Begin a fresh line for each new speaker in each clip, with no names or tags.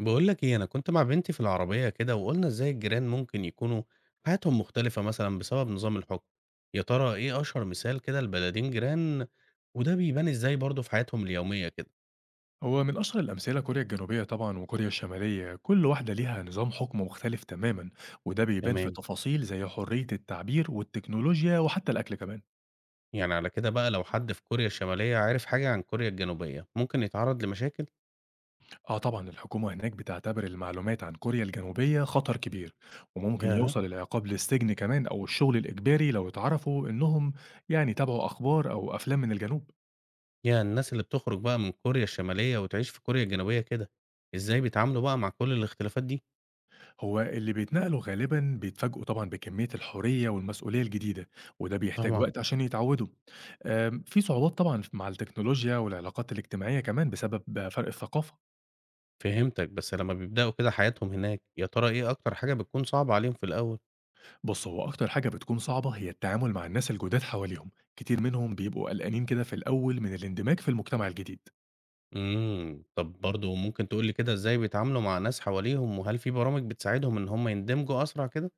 بقول لك ايه انا كنت مع بنتي في العربية كده وقلنا ازاي الجيران ممكن يكونوا حياتهم مختلفة مثلا بسبب نظام الحكم. يا ترى ايه اشهر مثال كده لبلدين جيران وده بيبان ازاي برضه في حياتهم اليومية كده؟
هو من أشهر الأمثلة كوريا الجنوبية طبعًا وكوريا الشمالية، كل واحدة ليها نظام حكم مختلف تمامًا، وده بيبان في
تمام.
تفاصيل زي حرية التعبير والتكنولوجيا وحتى الأكل كمان.
يعني على كده بقى لو حد في كوريا الشمالية عارف حاجة عن كوريا الجنوبية ممكن يتعرض لمشاكل.
آه طبعًا الحكومة هناك بتعتبر المعلومات عن كوريا الجنوبية خطر كبير، وممكن
يا
يوصل العقاب للسجن كمان أو الشغل الإجباري لو اتعرفوا إنهم يعني تابعوا أخبار أو أفلام من الجنوب.
يا الناس اللي بتخرج بقى من كوريا الشمالية وتعيش في كوريا الجنوبية كده ازاي بيتعاملوا بقى مع كل الاختلافات دي؟
هو اللي بيتنقلوا غالبا بيتفاجئوا طبعا بكمية الحرية والمسؤولية الجديدة وده بيحتاج
طبعا.
وقت عشان يتعودوا. في صعوبات طبعا مع التكنولوجيا والعلاقات الاجتماعية كمان بسبب فرق الثقافة.
فهمتك، بس لما بيبدأوا كده حياتهم هناك يا ترى ايه اكتر حاجة بتكون صعبة عليهم في الاول؟
بص، هو أكتر حاجة بتكون صعبة هي التعامل مع الناس الجداد حواليهم، كتير منهم بيبقوا قلقانين كده في الأول من الاندماج في المجتمع الجديد.
إمم. طب برضه ممكن تقول لي كده إزاي بيتعاملوا مع ناس حواليهم، وهل في برامج بتساعدهم إن هم يندمجوا أسرع كده؟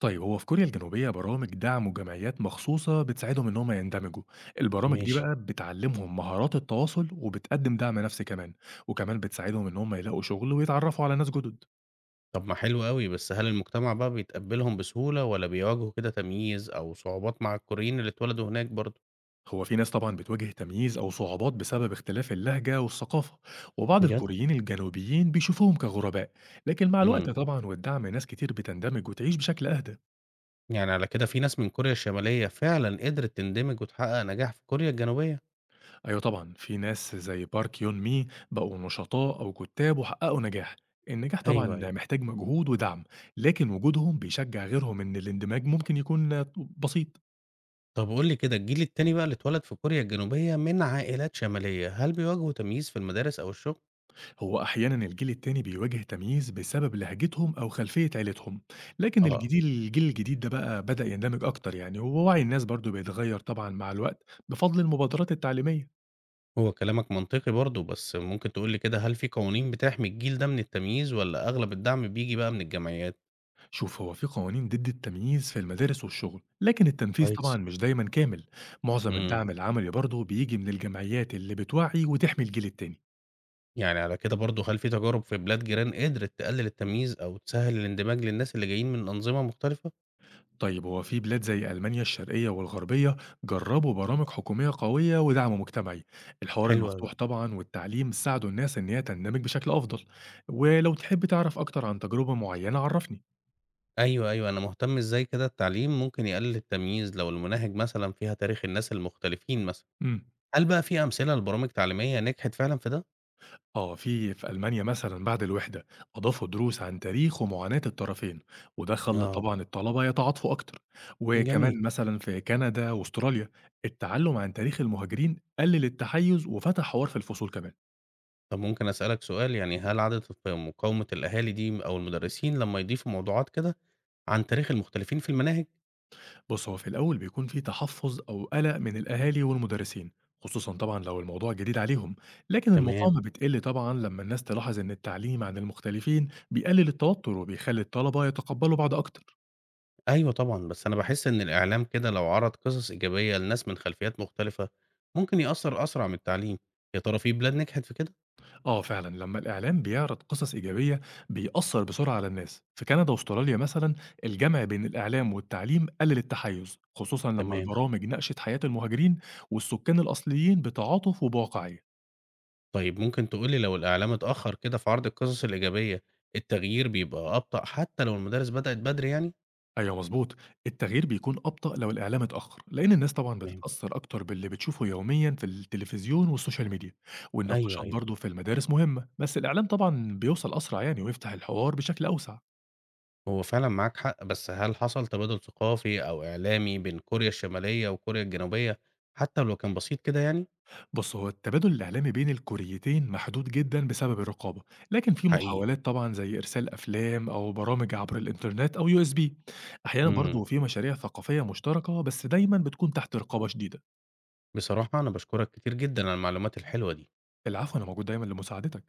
طيب هو في كوريا الجنوبية برامج دعم وجمعيات مخصوصة بتساعدهم إن هم يندمجوا، البرامج دي
ماشي.
بقى بتعلمهم مهارات التواصل وبتقدم دعم نفسي كمان، وكمان بتساعدهم إن هم يلاقوا شغل ويتعرفوا على ناس جدد.
طب ما حلو أوي، بس هل المجتمع بقى بيتقبلهم بسهولة والّا بيواجهوا كده تمييز أو صعوبات مع الكوريين اللي اتولدوا هناك برضه؟
هو في ناس طبعا بتواجه تمييز أو صعوبات بسبب اختلاف اللهجة والثقافة، وبعض
بجد؟
الكوريين الجنوبيين بيشوفوهم كغرباء، لكن مع الوقت
إمم.
طبعا والدعم ناس كتير بتندمج وتعيش بشكل أهدى.
يعني على كده في ناس من كوريا الشمالية فعلًا قدرت تندمج وتحقق نجاح في كوريا الجنوبية؟
أيوة طبعًا، في ناس زي بارك يون مي بقوا نشطاء أو كتّاب وحققوا نجاح. النجاح طبعًا
أيوه، أيوه.
محتاج مجهود ودعم، لكن وجودهم بيشجع غيرهم إن الاندماج ممكن يكون بسيط.
طب قُل لي كده الجيل التاني بقى اللي اتولد في كوريا الجنوبية من عائلات شمالية، هل بيواجهوا تمييز في المدارس أو الشغل؟
هو أحيانًا الجيل التاني بيواجه تمييز بسبب لهجتهم أو خلفية عيلتهم، لكن
آه.
الجيل الجديد ده بقى بدأ يندمج أكتر يعني، ووعي الناس برضه بيتغير طبعًا مع الوقت بفضل المبادرات التعليمية.
هو كلامك منطقي برضه، بس ممكن تقول لي كده هل في قوانين بتحمي الجيل ده من التمييز والّا أغلب الدعم بييجي بقى من الجمعيات؟
شوف، هو في قوانين ضد التمييز في المدارس والشغل لكن التنفيذ طبعا
كويس.
مش دايما كامل. معظم
إمم.
الدعم العملي برضه بيجي من الجمعيات اللي بتوعي وتحمي الجيل التاني.
يعني على كده برضه هل في تجارب في بلاد جيران قدرت تقلل التمييز أو تسهّل الاندماج للناس اللي جايين من أنظمة مختلفة؟
طيب هو في بلاد زي ألمانيا الشرقية والغربية جربوا برامج حكومية قوية ودعم مجتمعي. الحوار
حلو أوي.
المفتوح طبعا والتعليم ساعدوا الناس إن هي تندمج بشكل أفضل، ولو تحب تعرف أكتر عن تجربة معينة عرفني.
أيوه، أيوه، أنا مهتم إزاي كده التعليم ممكن يقلل التمييز لو المناهج مثلًا فيها تاريخ الناس المختلفين مثلًا،
مم.
هل بقى في أمثلة لبرامج تعليمية نجحت فعلًا في ده؟
آه، في ألمانيا مثلًا بعد الوحدة أضافوا دروس عن تاريخ ومعاناة الطرفين، وده خلّى
آه،
طبعًا الطلبة يتعاطفوا أكتر،
جميل.
وكمان مثلًا في كندا وأستراليا التعلم عن تاريخ المهاجرين قلل التحيز وفتح حوار في الفصول كمان.
طب ممكن أسألك سؤال؟ يعني هل عادة ف مقاومة الأهالي دي أو المدرسين لمّا يضيفوا موضوعات كده عن تاريخ المختلفين في المناهج؟
بُص، هو في الأول بيكون في تحفظ أو قلق من الأهالي والمدرسين، خصوصًا طبعًا لو الموضوع جديد عليهم، لكن
تمام.
المقاومة بتقل طبعًا لما الناس تلاحظ إن التعليم عن المختلفين بيقلل التوتر وبيخلي الطلبة يتقبلوا بعض أكتر.
أيوه طبعًا، بس أنا باحس إن الإعلام كده لو عرض قصص إيجابية لناس من خلفيات مختلفة ممكن يأثّر أسرع من التعليم، يا ترى في بلاد نجحت في كده؟
آه فعلا، لما الإعلام بيعرض قصص إيجابية بيأثر بسرعة على الناس. في كندا واستراليا مثلا الجمع بين الإعلام والتعليم قلل التحيز خصوصا لما
تمام.
البرامج ناقشت حياة المهاجرين والسكان الأصليين بتعاطف وبواقعية.
طيب ممكن تقول لي لو الإعلام اتأخر كده في عرض القصص الإيجابية التغيير بيبقى أبطأ حتى لو المدارس بدأت بدري يعني؟
أيوة مظبوط، التغيير بيكون أبطأ لو الإعلام اتأخر لأن الناس طبعا
تمام.
بتتأثر أكتر باللي بتشوفه يوميا في التلفزيون والسوشيال ميديا.
أيوه،
والنقاشات
أيوه.
برضه في المدارس مهمة بس الإعلام طبعا بيوصل أسرع يعني ويفتح الحوار بشكل أوسع.
هو فعلًا معاك حق، بس هل حصل تبادل ثقافي أو إعلامي بين كوريا الشمالية وكوريا الجنوبية حتى لو كان بسيط كده يعني؟
بُص، هو التبادل الإعلامي بين الكوريتين محدود جدًا بسبب الرقابة، لكن في
حقيقي.
محاولات طبعًا زي إرسال أفلام أو برامج عبر الإنترنت أو USB. أحيانًا
إمم.
برضه في مشاريع ثقافية مشتركة، بس دايمًا بتكون تحت رقابة شديدة.
بصراحة أنا باشكرك كتير جدًا على المعلومات الحلوة دي.
العفو، أنا موجود دايمًا لمساعدتك.